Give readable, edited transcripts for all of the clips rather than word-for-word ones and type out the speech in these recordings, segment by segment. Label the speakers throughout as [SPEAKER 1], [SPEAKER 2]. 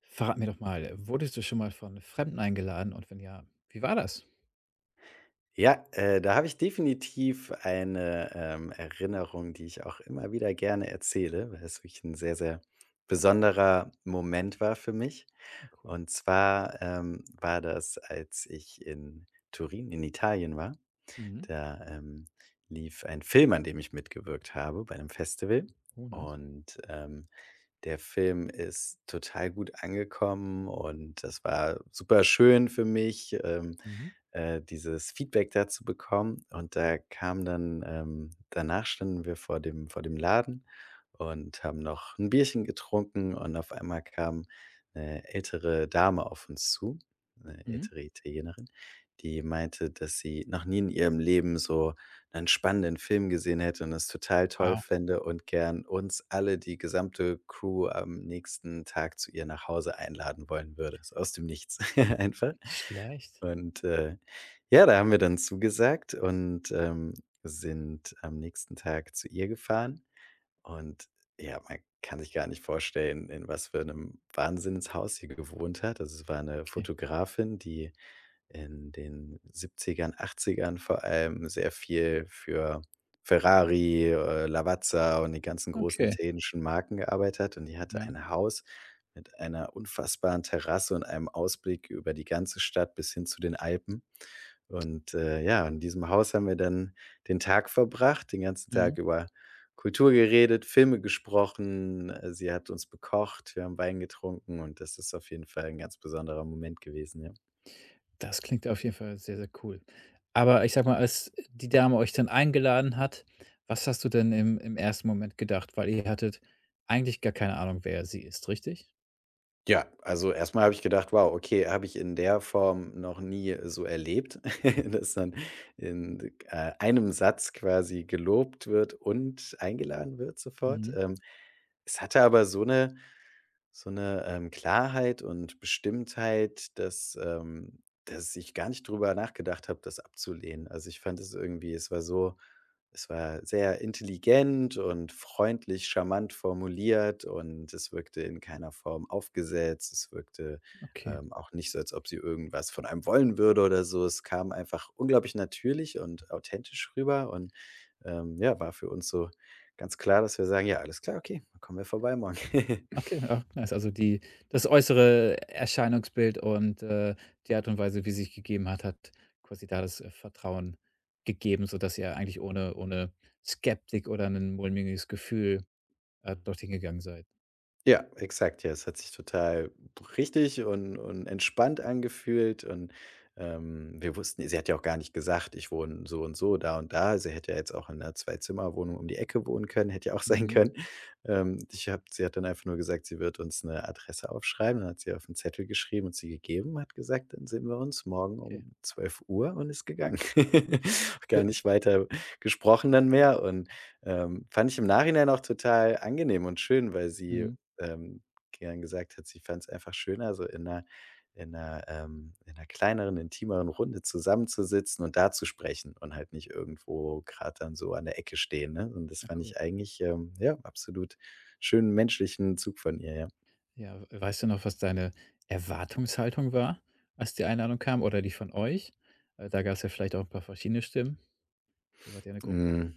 [SPEAKER 1] Verrat mir doch mal, wurdest du schon mal von Fremden eingeladen und wenn ja, wie war das?
[SPEAKER 2] Ja, da habe ich definitiv eine Erinnerung, die ich auch immer wieder gerne erzähle, weil es wirklich ein sehr, sehr besonderer Moment war für mich.
[SPEAKER 1] Ah, cool.
[SPEAKER 2] Und zwar war das, als ich in Turin in Italien war.
[SPEAKER 1] Mhm.
[SPEAKER 2] Da lief ein Film, an dem ich mitgewirkt habe, bei einem Festival,
[SPEAKER 1] Oh, nice.
[SPEAKER 2] und der Film ist total gut angekommen und das war super schön für mich, ähm,
[SPEAKER 1] Mhm.
[SPEAKER 2] äh, dieses Feedback dazu bekommen. Und da kam dann danach standen wir vor dem Laden und haben noch ein Bierchen getrunken und auf einmal kam eine ältere Dame auf uns zu, eine
[SPEAKER 1] Mhm.
[SPEAKER 2] ältere Italienerin, die meinte, dass sie noch nie in ihrem Leben so einen spannenden Film gesehen hätte und das total toll
[SPEAKER 1] Wow,
[SPEAKER 2] fände und gern uns alle, die gesamte Crew, am nächsten Tag zu ihr nach Hause einladen wollen würde, so aus dem Nichts einfach.
[SPEAKER 1] nicht schlecht.
[SPEAKER 2] Und ja, da haben wir dann zugesagt und sind am nächsten Tag zu ihr gefahren und ja, man kann sich gar nicht vorstellen, in was für einem Wahnsinnshaus sie gewohnt hat. Also, es war eine
[SPEAKER 1] Okay.
[SPEAKER 2] Fotografin, die in den Siebzigern, Achtzigern vor allem sehr viel für Ferrari, Lavazza und die ganzen großen
[SPEAKER 1] Okay,
[SPEAKER 2] italienischen Marken gearbeitet hat. Und die hatte
[SPEAKER 1] ja.
[SPEAKER 2] ein Haus mit einer unfassbaren Terrasse und einem Ausblick über die ganze Stadt bis hin zu den Alpen. Und ja, in diesem Haus haben wir dann den Tag verbracht, den ganzen Tag
[SPEAKER 1] Mhm.
[SPEAKER 2] über Kultur geredet, Filme gesprochen. Sie hat uns bekocht, wir haben Wein getrunken und das ist auf jeden Fall ein ganz besonderer Moment gewesen, ja.
[SPEAKER 1] Das klingt auf jeden Fall sehr, sehr cool. Aber ich sag mal, als die Dame euch dann eingeladen hat, was hast du denn im ersten Moment gedacht? Weil ihr hattet eigentlich gar keine Ahnung, wer sie ist, richtig?
[SPEAKER 2] Ja, also erstmal habe ich gedacht: „Wow, okay, habe ich in der Form noch nie so erlebt, dass dann in einem Satz quasi gelobt wird und eingeladen wird sofort.“
[SPEAKER 1] Mhm.
[SPEAKER 2] Es hatte aber so eine Klarheit und Bestimmtheit, dass ich gar nicht drüber nachgedacht habe, das abzulehnen. Also, ich fand es irgendwie, es war sehr intelligent und freundlich, charmant formuliert und es wirkte in keiner Form aufgesetzt. Es wirkte
[SPEAKER 1] Okay.
[SPEAKER 2] auch nicht so, als ob sie irgendwas von einem wollen würde oder so. Es kam einfach unglaublich natürlich und authentisch rüber und ja, war für uns so ganz klar, dass wir sagen: „Ja, alles klar, okay, dann kommen wir vorbei morgen.“
[SPEAKER 1] Okay, ja, nice. Also die das äußere Erscheinungsbild und, die Art und Weise, wie sie sich gegeben hat, hat quasi da das, Vertrauen gegeben, sodass ihr eigentlich ohne Skeptik oder ein mulmiges Gefühl, dorthin gegangen seid.
[SPEAKER 2] Ja, exakt, ja. Es hat sich total richtig und entspannt angefühlt und wir wussten, sie hat ja auch gar nicht gesagt: „Ich wohne so und so, da und da.“ Sie hätte ja jetzt auch in 'ner Zwei-Zimmer-Wohnung um die Ecke wohnen können, hätte ja auch sein
[SPEAKER 1] Mhm,
[SPEAKER 2] können. Ich habe Sie hat dann einfach nur gesagt, sie wird uns eine Adresse aufschreiben. Dann hat sie auf einen Zettel geschrieben, und sie gegeben, hat gesagt: „Dann sehen wir uns morgen
[SPEAKER 1] okay.
[SPEAKER 2] um zwölf Uhr.“ Und ist gegangen.
[SPEAKER 1] Äh,
[SPEAKER 2] Gar nicht weiter gesprochen dann mehr und fand ich im Nachhinein auch total angenehm und schön, weil sie
[SPEAKER 1] mhm,
[SPEAKER 2] ähm, gern gesagt hat, sie fand es einfach schöner, so in einer kleineren, intimeren Runde zusammenzusitzen und da zu sprechen und halt nicht irgendwo gerade dann so an der Ecke stehen, ne? Und das
[SPEAKER 1] na
[SPEAKER 2] fand
[SPEAKER 1] cool.
[SPEAKER 2] ich eigentlich ja, absolut schönen menschlichen Zug von ihr, ja.
[SPEAKER 1] Ja, w weißt du noch, was deine Erwartungshaltung war, als die Einladung kam oder die von euch? Da gab es ja vielleicht auch ein paar verschiedene Stimmen. Ihr wart ja eine Gruppe.
[SPEAKER 2] Hm,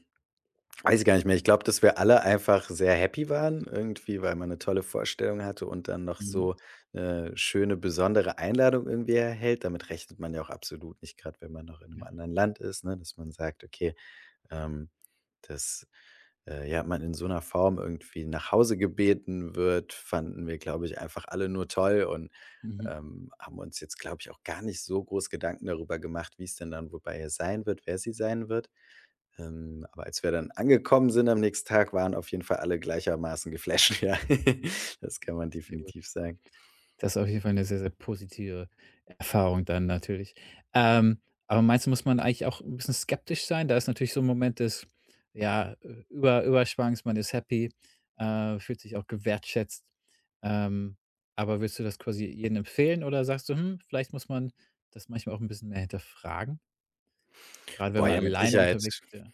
[SPEAKER 2] weiß ich gar nicht mehr. Ich glaube, dass wir alle einfach sehr happy waren irgendwie, weil man eine tolle Vorstellung hatte und dann noch
[SPEAKER 1] Mhm,
[SPEAKER 2] so eine schöne, besondere Einladung irgendwie erhält. Damit rechnet man ja auch absolut nicht, gerade, wenn man noch in einem
[SPEAKER 1] ja,
[SPEAKER 2] anderen Land ist, ne, dass man sagt: „Okay, ähm, dass ja, man in so einer Form irgendwie nach Hause gebeten wird“, fanden wir, glaube ich, einfach alle nur toll und
[SPEAKER 1] mhm,
[SPEAKER 2] haben uns jetzt, glaube ich, auch gar nicht so groß Gedanken darüber gemacht, wie es denn dann wobei bei ihr sein wird, wer sie sein wird. Aber als wir dann angekommen sind am nächsten Tag, waren auf jeden Fall alle gleichermaßen geflasht, ja. Das kann man
[SPEAKER 1] sehr gut.
[SPEAKER 2] definitiv sagen.
[SPEAKER 1] Das ist auf jeden Fall eine sehr, sehr positive Erfahrung dann natürlich. Ähm, aber meinst du, muss man eigentlich auch ein bisschen skeptisch sein? Da ist natürlich so ein Moment des, ja, Überschwangs, man ist happy, fühlt sich auch gewertschätzt. Ähm, aber würdest du das quasi jedem empfehlen oder sagst du: „Hm, vielleicht muss man das manchmal auch ein bisschen mehr hinterfragen?“ Gerade wenn
[SPEAKER 2] Boah,
[SPEAKER 1] man
[SPEAKER 2] ja, mit
[SPEAKER 1] alleine
[SPEAKER 2] Sicherheit.
[SPEAKER 1] unterwegs ist, ja.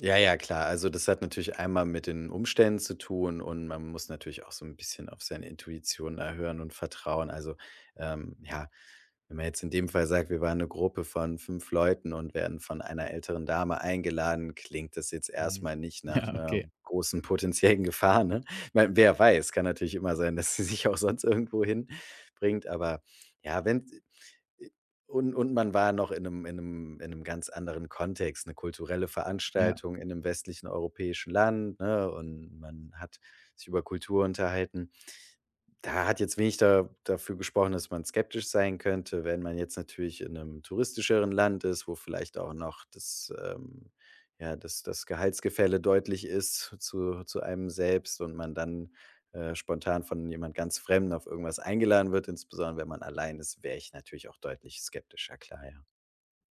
[SPEAKER 2] Ja, ja, klar. Also das hat natürlich einmal mit den Umständen zu tun und man muss natürlich auch so ein bisschen auf seine Intuition da hören und vertrauen. Also ja, wenn man jetzt in dem Fall sagt, wir waren eine Gruppe von 5 Leuten und werden von einer älteren Dame eingeladen, klingt das jetzt
[SPEAKER 1] Mhm.
[SPEAKER 2] erstmal nicht nach
[SPEAKER 1] Ja,
[SPEAKER 2] einer
[SPEAKER 1] okay.
[SPEAKER 2] großen potenziellen Gefahr, ne? Ich meine, wer weiß, kann natürlich immer sein, dass sie sich auch sonst irgendwo hinbringt, aber ja, wenn und man war noch in einem ganz anderen Kontext, eine kulturelle
[SPEAKER 1] Ja,
[SPEAKER 2] Veranstaltung in einem westlichen europäischen Land, ne, und man hat sich über Kultur unterhalten. Da hat jetzt wenig da dafür gesprochen, dass man skeptisch sein könnte, wenn man jetzt natürlich in einem touristischeren Land ist, wo vielleicht auch noch das, ja, das Gehaltsgefälle deutlich ist zu einem selbst und man dann spontan von jemand ganz Fremden auf irgendwas eingeladen wird. Insbesondere wenn man allein ist, wäre ich natürlich auch deutlich skeptischer, klar, ja.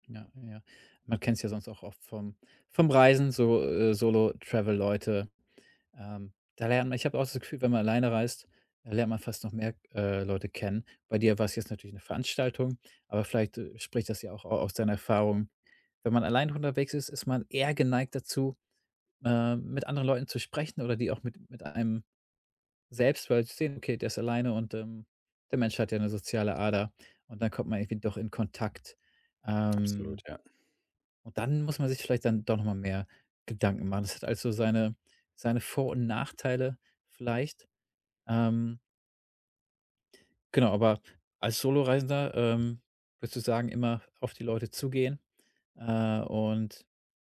[SPEAKER 1] ja, ja, ja. Man kennt es ja sonst auch oft vom Reisen, so, Solo-Travel-Leute. Da lernt man, ich habe auch das Gefühl, wenn man alleine reist, da lernt man fast noch mehr, Leute kennen. Bei dir war es jetzt natürlich eine Veranstaltung, aber vielleicht, spricht das ja auch au aus deiner Erfahrung. Wenn man allein unterwegs ist, ist man eher geneigt dazu, mit anderen Leuten zu sprechen oder die auch mit einem selbst, weil sie sehen: „Okay, der ist alleine und, der Mensch hat ja eine soziale Ader.“ Und dann kommt man irgendwie doch in Kontakt.
[SPEAKER 2] Absolut,
[SPEAKER 1] Ähm,
[SPEAKER 2] ja.
[SPEAKER 1] und dann muss man sich vielleicht dann doch noch mal mehr Gedanken machen. Das hat also seine Vor- und Nachteile vielleicht. Ähm, genau, aber als Soloreisender, würdest du sagen, immer auf die Leute zugehen, und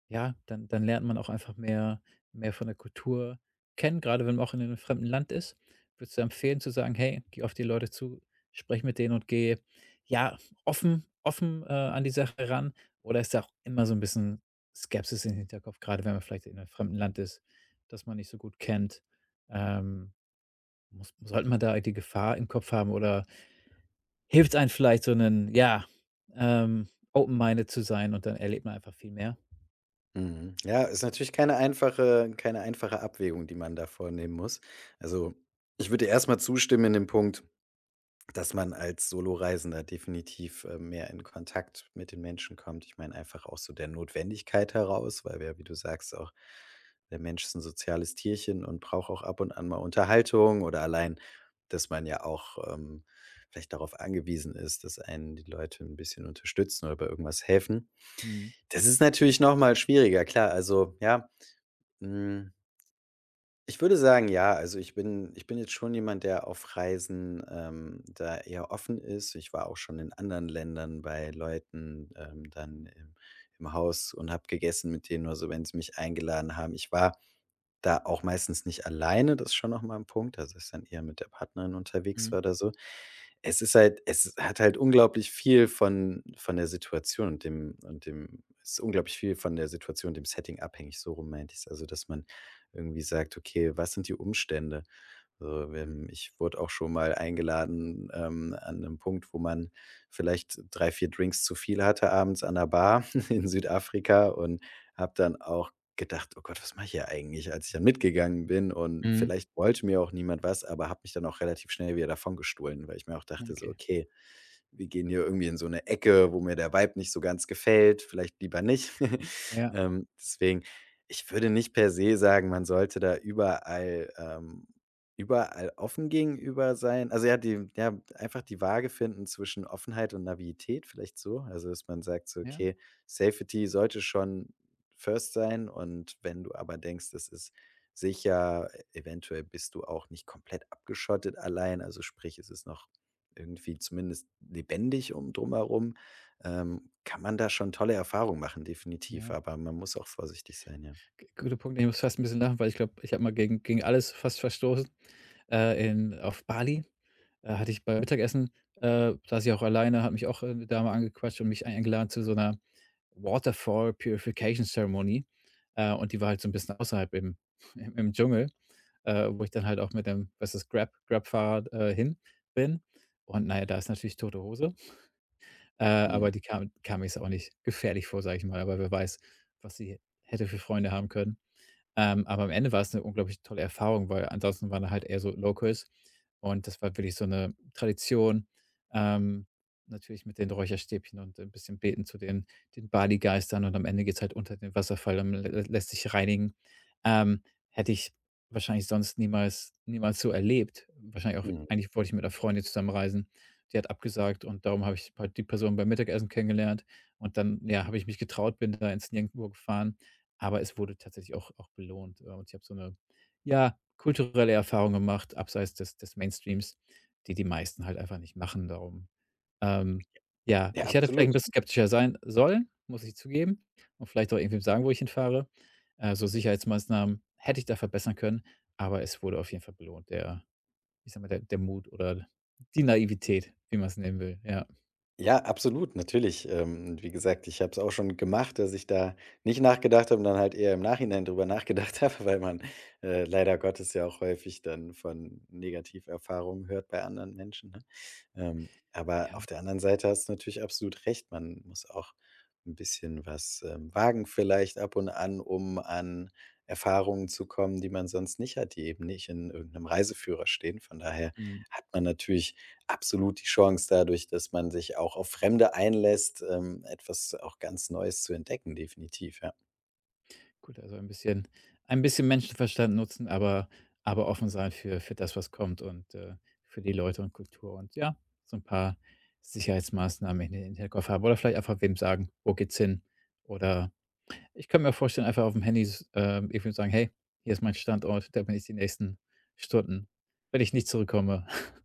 [SPEAKER 1] ja, dann lernt man auch einfach mehr von der Kultur kennen. Gerade wenn man auch in einem fremden Land ist. Würdest du empfehlen zu sagen: „Hey, geh auf die Leute zu, sprech mit denen und geh, ja, offen, an die Sache ran“, oder ist da auch immer so ein bisschen Skepsis im Hinterkopf, gerade wenn man vielleicht in einem fremden Land ist, das man nicht so gut kennt? Ähm muss Sollte man da halt die Gefahr im Kopf haben oder hilft es einem vielleicht, so einen, ja, open-minded zu sein und dann erlebt man einfach viel mehr?
[SPEAKER 2] Mhm. Ja, ist natürlich keine einfache Abwägung, die man da vornehmen muss. Also, ich würde dir erst zustimmen in dem Punkt, dass man als Soloreisender definitiv mehr in Kontakt mit den Menschen kommt. Ich meine einfach aus so der Notwendigkeit heraus, weil wir ja, wie du sagst, auch der Mensch ist ein soziales Tierchen und braucht auch ab und an mal Unterhaltung oder allein, dass man ja auch vielleicht darauf angewiesen ist, dass einen die Leute ein bisschen unterstützen oder bei irgendwas helfen.
[SPEAKER 1] Mhm.
[SPEAKER 2] Das ist natürlich noch mal schwieriger, klar. Also, ja, hm ich würde sagen, ja. Also, ich bin jetzt schon jemand, der auf Reisen da eher offen ist. Ich war auch schon in anderen Ländern bei Leuten dann im Haus und habe gegessen mit denen oder so, wenn sie mich eingeladen haben. Ich war da auch meistens nicht alleine, das ist schon noch mal 'n Punkt, also, dass ich dann eher mit der Partnerin unterwegs
[SPEAKER 1] Mhm.
[SPEAKER 2] war oder so. Es hat halt unglaublich viel von der Situation und dem es ist unglaublich viel von der Situation und dem Setting abhängig, so rum meinte ich's. Also, dass man irgendwie sagt: „Okay, was sind die Umstände?“ So, ich wurde auch schon mal eingeladen an einem Punkt, wo man vielleicht 3, 4 Drinks zu viel hatte abends an der Bar in Südafrika und habe dann auch gedacht: „Oh Gott, was mache ich hier eigentlich?“ Als ich dann mitgegangen bin und
[SPEAKER 1] Mhm.
[SPEAKER 2] vielleicht wollte mir auch niemand was, aber habe mich dann auch relativ schnell wieder davongestohlen, weil ich mir auch dachte so:
[SPEAKER 1] Okay.
[SPEAKER 2] „Okay, wir gehen hier irgendwie in so eine Ecke, wo mir der Vibe nicht so ganz gefällt, vielleicht lieber nicht.“
[SPEAKER 1] Ja,
[SPEAKER 2] Ähm, deswegen, ich würde nicht per se sagen, man sollte da überall offen gegenüber sein. Also, ja, die ja, einfach die Waage finden zwischen Offenheit und Navität vielleicht so. Also, dass man sagt so:
[SPEAKER 1] ja,
[SPEAKER 2] „Okay, Safety sollte schon first sein und wenn du aber denkst, das ist sicher, eventuell bist du auch nicht komplett abgeschottet allein.“ Also, sprich, es ist noch irgendwie zumindest lebendig um drumherum kann man da schon tolle Erfahrungen machen, definitiv.
[SPEAKER 1] ja.
[SPEAKER 2] Aber man muss auch vorsichtig sein, ja.
[SPEAKER 1] G Guter Punkt. Ich muss fast ein bisschen lachen, weil ich glaube, ich habe mal gegen alles fast verstoßen, in auf Bali. Da hatte ich beim Mittagessen, saß ich auch alleine, hat mich auch, 'ne Dame angequatscht und mich eingeladen zu so einer Waterfall Purification Ceremony, und die war halt so ein bisschen außerhalb im im Dschungel. Wo ich dann halt auch mit dem, was ist, Grab-Fahrer, hin bin. Und na ja, da ist natürlich tote Hose,
[SPEAKER 2] Mhm,
[SPEAKER 1] aber die kam mir jetzt auch nicht gefährlich vor, sage ich mal, aber wer weiß, was sie hätte für Freunde haben können. Aber am Ende war es eine unglaublich tolle Erfahrung, weil ansonsten waren da halt eher so Locals und das war wirklich so eine Tradition, ähm, natürlich mit den Räucherstäbchen und ein bisschen beten zu den Bali-Geistern und am Ende geht's halt unter den Wasserfall und lä lässt sich reinigen. Ähm, Hätte ich wahrscheinlich sonst niemals so erlebt. Wahrscheinlich auch,
[SPEAKER 2] mhm.
[SPEAKER 1] eigentlich wollte ich mit einer Freundin zusammenreisen. Die hat abgesagt und darum habe ich halt die Person beim Mittagessen kennengelernt und dann, ja, habe ich mich getraut, bin da ins Nirgendwo gefahren, aber es wurde tatsächlich auch belohnt, und ich habe so eine, ja, kulturelle Erfahrung gemacht, abseits des Mainstreams, die die meisten halt einfach nicht machen, darum. Ähm, ja,
[SPEAKER 2] Ja,
[SPEAKER 1] ich hätte vielleicht ein
[SPEAKER 2] absolut.
[SPEAKER 1] bisschen skeptischer sein sollen, muss ich zugeben, und vielleicht auch irgendwie sagen, wo ich hinfahre. So Sicherheitsmaßnahmen hätte ich da verbessern können, aber es wurde auf jeden Fall belohnt, der ich sage mal, der Mut oder die Naivität, wie man es nennen will, ja.
[SPEAKER 2] Ja, absolut, natürlich. Wie gesagt, ich habe es auch schon gemacht, dass ich da nicht nachgedacht habe und dann halt eher im Nachhinein drüber nachgedacht habe, weil man leider Gottes ja auch häufig dann von Negativerfahrungen hört bei anderen Menschen. Ne? Aber auf
[SPEAKER 1] Ja,
[SPEAKER 2] der anderen Seite hast du natürlich absolut recht. Man muss auch ein bisschen was wagen vielleicht ab und an, um an Erfahrungen zu kommen, die man sonst nicht hat, die eben nicht in irgendeinem Reiseführer stehen. Von daher
[SPEAKER 1] mhm.
[SPEAKER 2] hat man natürlich absolut die Chance, dadurch, dass man sich auch auf Fremde einlässt etwas auch ganz Neues zu entdecken, definitiv, ja.
[SPEAKER 1] Gut, also ein bisschen Menschenverstand nutzen, aber offen sein für das, was kommt und, für die Leute und Kultur und ja, so ein paar Sicherheitsmaßnahmen in den Hinterkopf haben oder vielleicht einfach wem sagen: „Wo geht's hin?“ Oder ich kann mir vorstellen, einfach auf dem Handy s irgendwie sagen: „Hey, hier ist mein Standort, da bin ich die nächsten Stunden. Wenn ich nicht zurückkomme,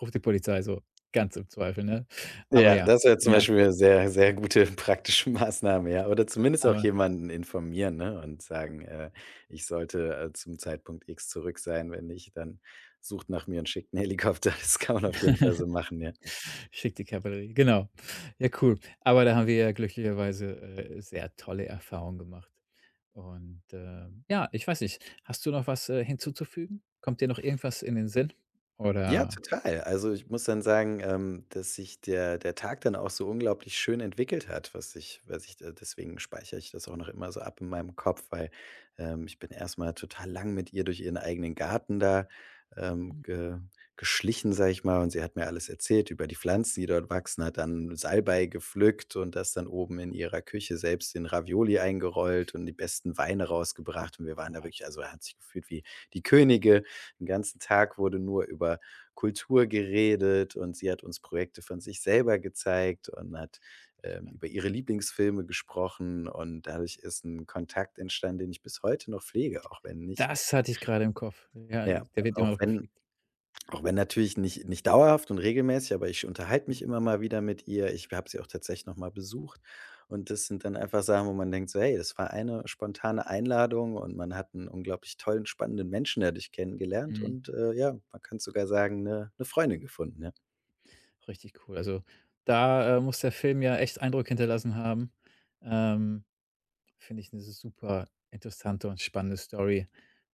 [SPEAKER 1] ruft die Polizei“, so ganz im Zweifel, ne? Aber
[SPEAKER 2] Ja,
[SPEAKER 1] ja,
[SPEAKER 2] das wäre zum
[SPEAKER 1] ja,
[SPEAKER 2] Beispiel eine sehr, sehr gute praktische Maßnahme, ja. Oder zumindest auch
[SPEAKER 1] aber.
[SPEAKER 2] jemanden informieren, ne, und sagen ich sollte zum Zeitpunkt X zurück sein. Wenn nicht, dann sucht nach mir und schickt einen Helikopter. Das kann man auf jeden Fall so machen, ja.
[SPEAKER 1] Schickt die Kavallerie, genau. Ja, cool. Aber da haben wir ja glücklicherweise, sehr tolle Erfahrungen gemacht. Und, ja, ich weiß nicht, hast du noch was, hinzuzufügen? Kommt dir noch irgendwas in den Sinn?
[SPEAKER 2] Ja,
[SPEAKER 1] Oder.
[SPEAKER 2] total. Also, ich muss dann sagen dass sich der Tag dann auch so unglaublich schön entwickelt hat, was ich de deswegen speichere ich das auch noch immer so ab in meinem Kopf, weil ich bin erst mal total lang mit ihr durch ihren eigenen Garten da,
[SPEAKER 1] Hm,
[SPEAKER 2] ge geschlichen, sage ich mal, und sie hat mir alles erzählt über die Pflanzen, die dort wachsen, hat dann
[SPEAKER 1] war
[SPEAKER 2] Salbei gepflückt und das dann oben in
[SPEAKER 1] cool.
[SPEAKER 2] ihrer Küche selbst in Ravioli eingerollt und die besten Weine rausgebracht und wir
[SPEAKER 1] Oh,
[SPEAKER 2] waren da wirklich, also, hat sich gefühlt wie die Könige. Den ganzen Tag wurde nur über Kultur geredet und sie hat uns Projekte von sich selber gezeigt und hat
[SPEAKER 1] spannend.
[SPEAKER 2] über ihre Lieblingsfilme gesprochen und dadurch ist ein Kontakt entstanden, den ich bis heute noch pflege, auch wenn nicht,
[SPEAKER 1] Das hatte ich gerade im Kopf. Ja,
[SPEAKER 2] ja,
[SPEAKER 1] der wird immer
[SPEAKER 2] auch
[SPEAKER 1] noch
[SPEAKER 2] wenn
[SPEAKER 1] gepflegt.
[SPEAKER 2] auch wenn natürlich nicht dauerhaft und regelmäßig, aber ich unterhalte mich
[SPEAKER 1] Mhm.
[SPEAKER 2] immer mal wieder mit ihr. Ich habe sie auch tatsächlich noch mal besucht und das sind dann einfach Sachen, wo man denkt so: „Hey, das war eine spontane Einladung und man hat einen unglaublich tollen, spannenden Menschen dadurch kennengelernt
[SPEAKER 1] Mhm.
[SPEAKER 2] und ja, man kann sogar sagen, eine Freundin gefunden“, ja.
[SPEAKER 1] Richtig cool. Also, da, muss der Film ja echt Eindruck hinterlassen haben. Ähm. Finde ich eine super interessante und spannende Story,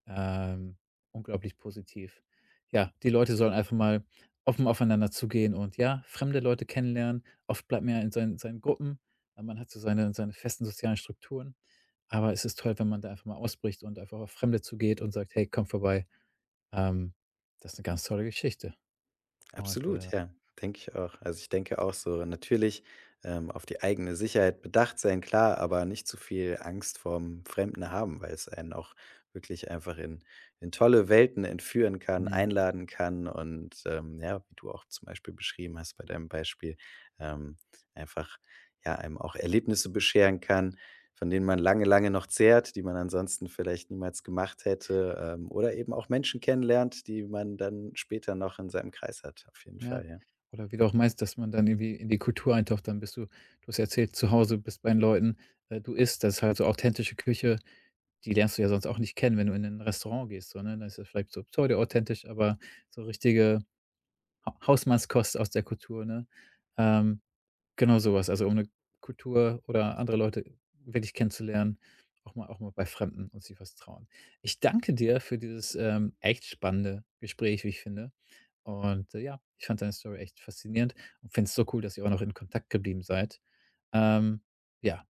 [SPEAKER 1] ähm, unglaublich positiv. Ja, die Leute sollen einfach mal offen aufeinander zugehen und, ja, fremde Leute kennenlernen. Oft bleibt man ja in seinen Gruppen, aber man hat so seine festen sozialen Strukturen. Aber es ist toll, wenn man da einfach mal ausbricht und einfach auf Fremde zugeht und sagt: „Hey, komm vorbei.“ Ähm, Das ist eine ganz tolle Geschichte und, äh.
[SPEAKER 2] Absolut, ja, denke ich auch. Also, ich denke auch so natürlich auf die eigene Sicherheit bedacht sein, klar, aber nicht zu viel Angst vorm Fremden haben, weil es einen auch wirklich einfach in tolle Welten entführen kann,
[SPEAKER 1] Mhm.
[SPEAKER 2] einladen kann und ja, wie du auch zum Beispiel beschrieben hast bei deinem Beispiel, ähm, einfach, ja, einem auch Erlebnisse bescheren kann, von denen man lange, lange noch zehrt, die man ansonsten vielleicht niemals gemacht hätte oder eben auch Menschen kennenlernt, die man dann später noch in seinem Kreis hat, auf jeden
[SPEAKER 1] Ja.
[SPEAKER 2] Fall, ja.
[SPEAKER 1] Oder wie du auch meinst, dass man dann irgendwie in die Kultur eintaucht, dann bist du, du hast erzählt, zu Hause bist bei den Leuten, du isst, das ist halt so authentische Küche, die lernst du ja sonst auch nicht kennen, wenn du in 'nen Restaurant gehst, so, ne? Dann ist das vielleicht so pseudo-authentisch, aber so richtige Ha Hausmannskost aus der Kultur, ne? Ähm. Genau sowas, also um 'ne Kultur oder andere Leute wirklich kennenzulernen, auch mal bei Fremden und sich was trauen. Ich danke dir für dieses, echt spannende Gespräch, wie ich finde. Und, ja, ich fand deine Story echt faszinierend und finde es so cool, dass ihr auch noch in Kontakt geblieben seid. Ähm, ja,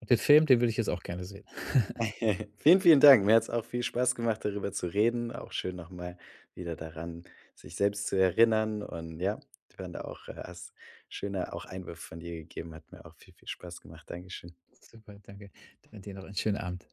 [SPEAKER 1] und den Film, den würde ich jetzt auch gerne sehen.
[SPEAKER 2] Vielen, vielen Dank. Mir hat es auch viel Spaß gemacht, darüber zu reden. Auch schön, nochmal wieder daran, sich selbst zu erinnern und ja, ich fand auch hast schöne auch Einwürfe von dir gegeben, hat mir auch viel, viel Spaß gemacht. Dankeschön.
[SPEAKER 1] Super, danke. Dann dir noch einen schönen Abend.